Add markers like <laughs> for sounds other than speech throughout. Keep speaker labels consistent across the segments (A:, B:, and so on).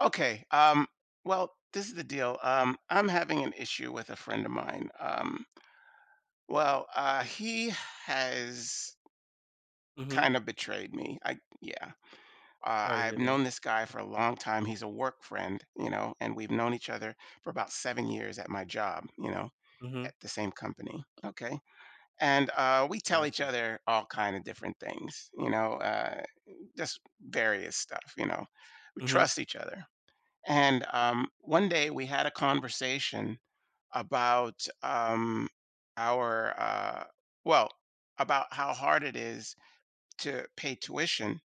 A: Okay. Well, this is the deal. I'm having an issue with a friend of mine. He has
B: Mhm.
A: kind of betrayed me. I Yeah.
B: Sorry to
A: I've
B: hear that.
A: known this guy for a long time. He's a work friend, you know, and we've known each other for about 7 years at my job, you know,
B: Mhm.
A: at the same company. Okay, and we tell each
B: Gotcha.
A: other all kind of different things, just various stuff, you know. We
B: Mhm.
A: trust each other. And one day we had a conversation about our, uh, well, about how hard it is to pay tuition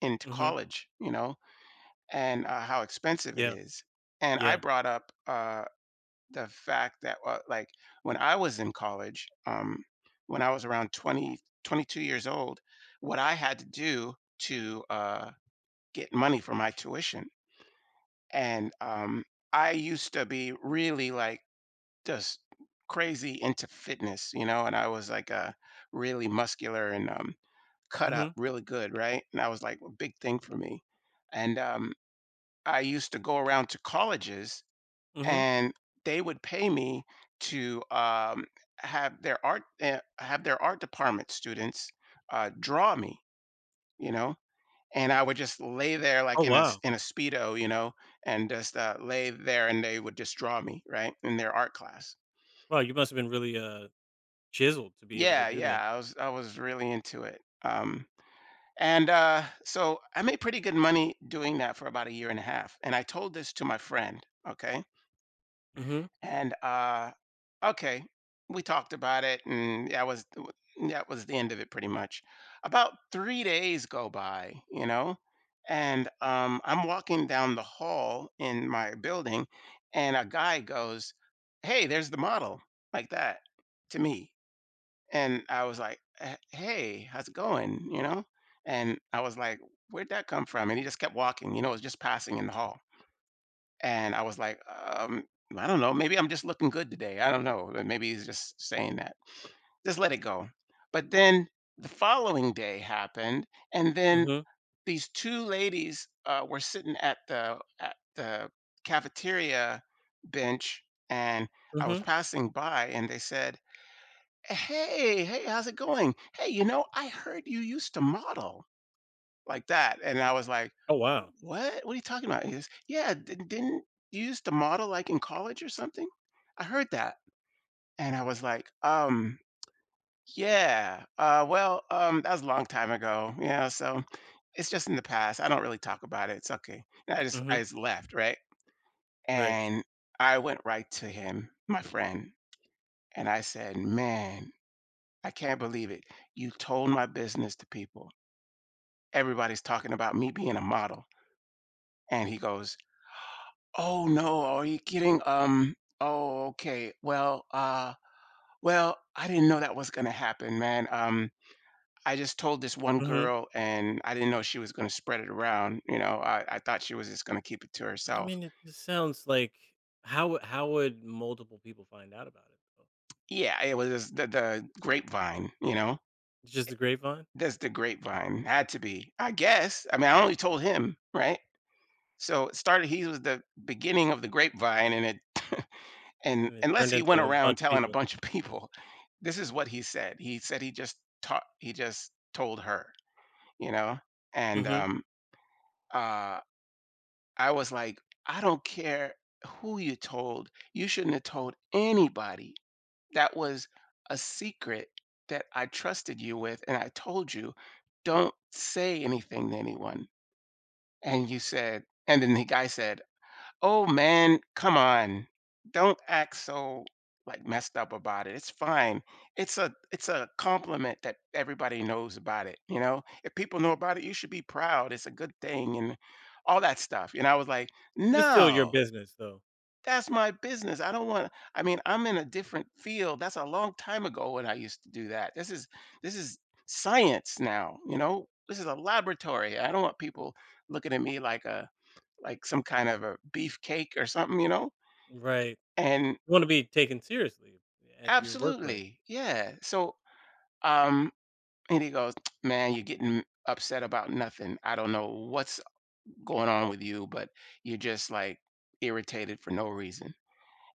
A: into
B: Mhm.
A: college, you know, and how expensive it
B: Yeah.
A: is. And I
B: Yeah.
A: brought up the fact that, like, when I was in college, when I was around 22 years old, what I had to do to get money for my tuition, and I used to be really like just crazy into fitness, you know, and I was like a really muscular and cut up
B: Mhm.
A: really good, right? And that was like a big thing for me. And I used to go around to colleges
B: Mhm.
A: and they would pay me to have their art have their art department students draw me, you know, and I would just lay there like
B: Oh,
A: in a s
B: wow.
A: in a Speedo, you know, and just, lay there and they would just draw me, right, in their art class.
B: Wow, you must've been really, chiseled to be able to
A: Yeah,
B: do
A: yeah,
B: that.
A: I was really into it. And so I made pretty good money doing that for about a year and a half, and I told this to my friend, okay?
B: Mhm.
A: And okay, we talked about it, and that was the end of it pretty much. About 3 days go by, you know, and I'm walking down the hall in my building and a guy goes, "Hey, there's the model." Like that to me. And I was like, "Hey, how's it going?" you know? And I was like, "Where'd that come from?" And he just kept walking, you know, it was just passing in the hall. And I was like, I don't know. Maybe I'm just looking good today. I don't know. But maybe he's just saying that. Just let it go. But then the following day happened, and then
B: Mhm.
A: these two ladies were sitting at the cafeteria bench, and I was
B: Mhm.
A: passing by, and they said, "Hey, hey, how's it going? Hey, you know, I heard you used to model." Like that, and I was like,
B: Oh, wow.
A: "What? What are you talking about?" He goes, "Yeah, di didn't you use the model, like, in college or something? I heard that." And I was like, " yeah, that was a long time ago, you know, so it's just in the past, I don't really talk about it, it's okay." And I just I
B: Mhm.
A: just left, right?
B: Right.
A: And I went right to him, my friend, and I said, "Man, I can't believe it. You told my business to people. Everybody's talking about me being a model." And he goes, "Oh no, are you kidding? Oh, okay. Well, I didn't know that was gonna happen, man. I just told this one
B: Mhm.
A: girl and I didn't know she was gonna spread it around. You know, I thought she was just gonna keep it to
B: I
A: herself.
B: mean, it just sounds like how would multiple people find out about it, though?
A: Yeah, it was just the grapevine, you know?
B: It's just the grapevine?
A: That's the grapevine. Had to be, I guess. I mean, I only told him, right? So it started, he was the beginning of the grapevine and it <laughs> and
B: And it
A: unless
B: turned
A: he
B: into
A: went
B: a
A: around
B: bunch of
A: telling a
B: people.
A: bunch of <laughs> people. This is what he said, he said he just told her, you know. And
B: Mhm.
A: uh I was like, I don't care who you told, you shouldn't have told anybody. That was a secret that I trusted you with, and I told you, don't say anything to anyone. And you said, and then the guy said, "Oh man, come on. Don't act so like messed up about it. It's fine. It's a compliment that everybody knows about it, you know? If people know about it, you should be proud. It's a good thing," and all that stuff. And I was like,
B: But it's still your
A: "No,
B: business, though.
A: that's my business. I don't want I mean, I'm in a different field. That's a long time ago when I used to do that. This is science now, you know? This is a laboratory. I don't want people looking at me like a like some kind of a beefcake or something, you know?
B: Right.
A: And
B: You wanna be taken seriously at your workplace.
A: absolutely, yeah. So, um, and he goes, <tsk> man, you're getting upset about nothing. I don't know what's going on with you, but you're just like irritated for no reason.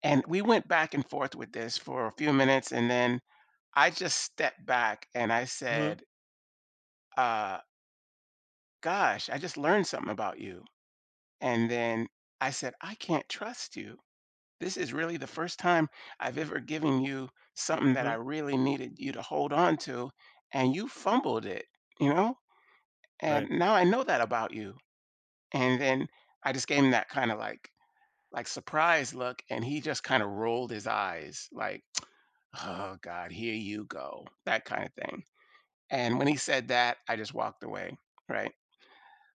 A: And we went back and forth with this for a few minutes, and then I just stepped back and I
B: Mhm.
A: said, uh, gosh, I just learned something about you. And then I said, I can't trust you. This is really the first time I've ever given you something that
B: Mhm.
A: I really needed you to hold on to, and you fumbled it, you know? And
B: Right.
A: now I know that about you. And then I just gave him that kind of like surprise look, and he just kind of rolled his eyes, like, oh God, here you go, that kind of thing. And when he said that, I just walked away, right?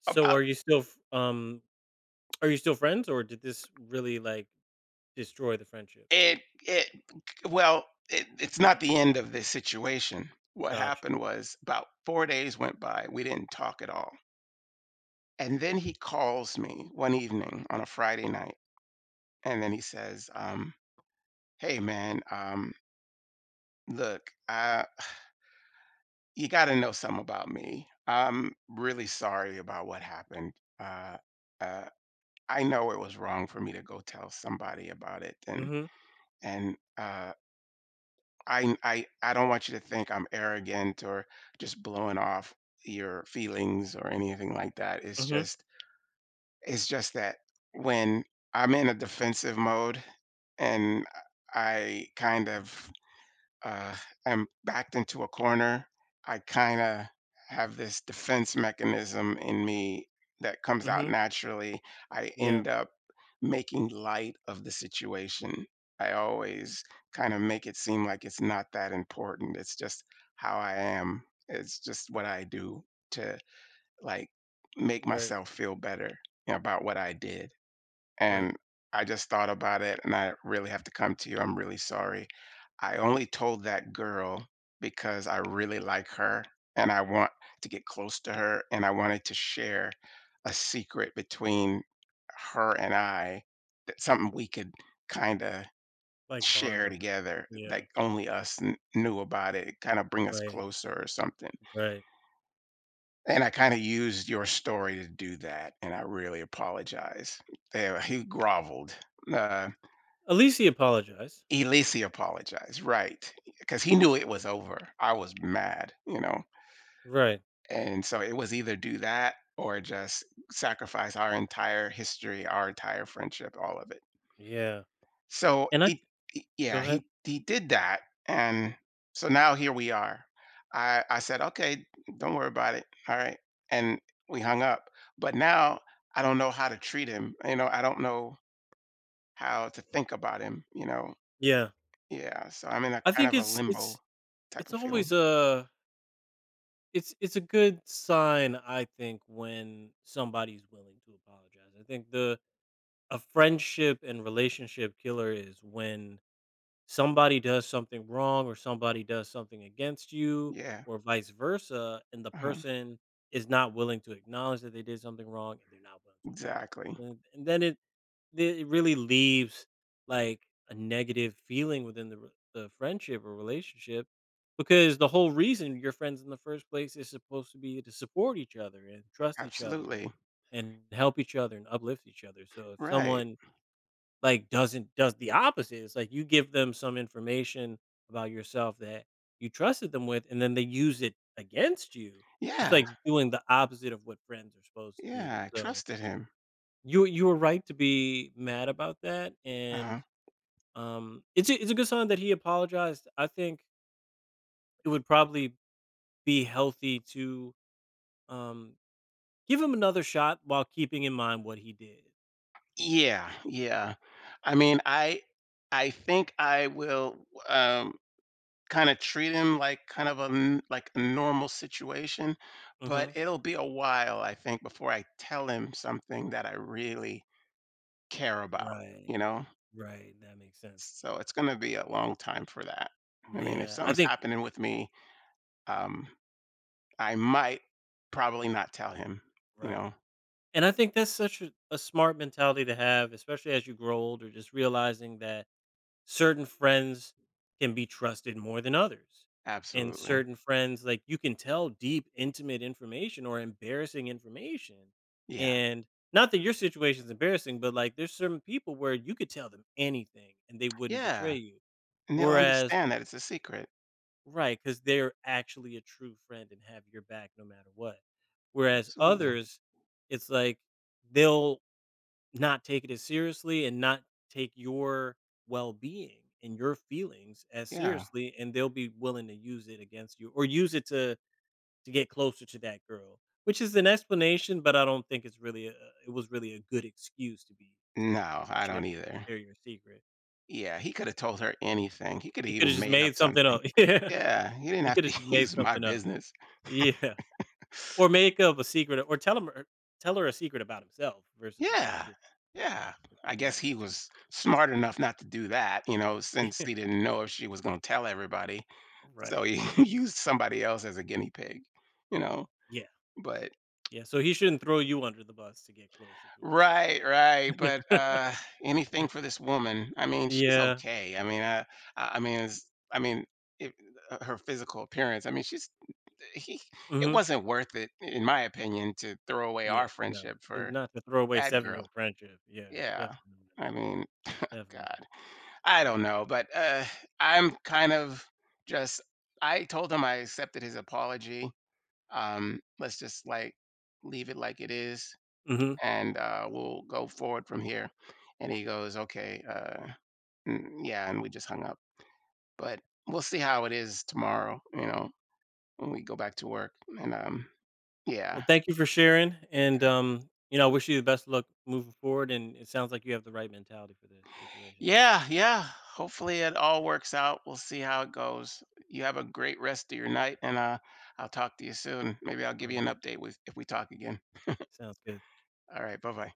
B: So are you still f are you still friends, or did this really, like, destroy the friendship?
A: It Well, it's not the end of this situation. What
B: Gotcha.
A: happened was about 4 days went by, we didn't talk at all, and then he calls me one evening on a Friday night, and then he says, "Hey, man, look, you gotta know something about me. I'm really sorry about what happened. Uh, uh, I know it was wrong for me to go tell somebody about it, and
B: Mhm,
A: and, uh I don't want you to think I'm arrogant or just blowing off your feelings or anything like that.
B: mhm,
A: It's just that when I'm in a defensive mode and I kind of uh, I'm backed into a corner, I kind of have this defense mechanism in me that comes out
B: mhm.
A: naturally. I
B: Yeah,
A: end up making light of the situation. I always kind of make it seem like it's not that important. It's just how I am. It's just what I do to like make
B: right,
A: myself feel better about what I did.
B: right.
A: And I just thought about it, and I really have to come to you. I'm really sorry. I only told that girl because I really like her and I want to get close to her, and I wanted to share a secret between her and I, that something we could kind of
B: Like, bond
A: share
B: over.
A: together,
B: Yeah,
A: like only us knew about it, kind of bring us
B: right,
A: closer or something.
B: right.
A: And I kind of used your story to do that, and I really apologize. Yeah, he groveled. Uh,
B: At least he apologized.
A: Elisey apologized, right? <laughs> Because he knew it was over. I was mad, you know,
B: Right,
A: and so it was either do that or just sacrifice our entire history, our entire friendship, all of it.
B: yeah,
A: So
B: and
A: he
B: go
A: yeah,
B: ahead.
A: he did that, and so now here we are. I said, "Okay, don't worry about it, alright," and we hung up, but now I don't know how to treat him, you know, I don't know how to think about him, you know.
B: Yeah.
A: Yeah, so I'm in a
B: I
A: kind
B: think
A: of a limbo type
B: it's
A: of feeling.
B: always a it's a good sign, I think, when somebody's willing to apologize. I think the a friendship and relationship killer is when somebody does something wrong or somebody does something against you
A: Yeah,
B: or vice versa and the
A: uh-huh,
B: person is not willing to acknowledge that they did something wrong and they're not willing to apologize,
A: exactly.
B: and then it really leaves like a negative feeling within the, the friendship or relationship, because the whole reason you're friends in the first place is supposed to be to support each other and trust each other
A: Absolutely,
B: and help each other and uplift each other. So if
A: right.
B: someone, like, doesn't does the opposite. It's like you give them some information about yourself that you trusted them with, and then they use it against you. It's
A: Yeah,
B: like doing the opposite of what friends are supposed to do.
A: yeah, I
B: So
A: trusted him.
B: you were right to be mad about that,
A: Uh-huh.
B: and it's a good sign that he apologized. I think it would probably be healthy to um give him another shot while keeping in mind what he did.
A: Yeah, yeah. I mean, I think I will, kinda treat him like kind of a n like a normal situation, but
B: Hmm.
A: it'll be a while, I think, before I tell him something that I really care about,
B: Right,
A: you know?
B: right. That makes sense.
A: So it's gonna be a long time for that. I mean, if
B: Yeah, I
A: something's
B: think.
A: happening with me, um, I might probably not tell him, you
B: Right.
A: know?
B: And I think that's such a smart mentality to have, especially as you grow older, just realizing that certain friends can be trusted more than others. And
A: Absolutely.
B: certain friends, like, you can tell deep, intimate information or embarrassing information.
A: Yeah.
B: And not that your situation is embarrassing, but, like, there's certain people where you could tell them anything and they wouldn't
A: Yeah,
B: betray you.
A: and he'll
B: Whereas,
A: understand that it's a secret.
B: right, because they're actually a true friend and have your back no matter what. Whereas
A: Absolutely.
B: others, it's like, they'll not take it as seriously and not take your well-being and your feelings as
A: Yeah.
B: seriously, and they'll be willing to use it against you or use it to get closer to that girl, which is an explanation, but I don't think it's really a it was really a good excuse to be to
A: No, I
B: share
A: don't either.
B: share your secret.
A: Yeah, he coulda told her anything. He coulda
B: You coulda
A: even
B: just
A: made up
B: made something
A: something.
B: up. <laughs> Yeah.
A: Yeah, he didn't
B: You
A: have
B: coulda
A: to
B: just
A: <laughs>
B: made
A: use my
B: something up.
A: business.
B: Yeah. Or make up a secret or tell him or tell her a secret about himself versus about
A: Yeah,
B: you.
A: yeah.
B: It would
A: I
B: make
A: guess
B: more
A: he
B: sense.
A: was smart enough not to do that, you know,
B: <laughs>
A: since
B: Yeah.
A: he didn't know if she was gonna tell everybody. So
B: Right.
A: he <laughs> used somebody else as a guinea pig, you know?
B: Yeah.
A: But
B: Yeah, so he shouldn't throw you under the bus to get closer to a girl.
A: right, right, but,
B: <laughs>
A: anything for this woman. I mean, she's
B: Yeah.
A: okay. I mean, it's I mean, it her physical appearance, I mean, she's he it
B: Mhm.
A: wasn't worth it, in my opinion, to throw away
B: Yeah,
A: our friendship for
B: not to throw away
A: that girl.
B: 7-year friendship. Yeah,
A: Yeah.
B: definitely not,
A: I mean, <laughs>
B: definitely not.
A: God, I don't know, but, I'm kind of just. I told him I accepted his apology. Let's just like leave it like it is,
B: Mhm.
A: and we'll go forward from here. And he goes, okay, yeah, and we just hung up. But we'll see how it is tomorrow, you know, when we go back to work. And
B: Well,
A: yeah,
B: thank you for sharing, and, you know, I wish you the best of luck moving forward, and it sounds like you have the right mentality for this situation.
A: yeah, yeah. Hopefully it all works out. We'll see how it goes. You have a great rest of your night, and I'll talk to you soon. Maybe I'll give you an
B: Alright,
A: update with if we talk again.
B: sounds good.
A: All right, bye bye.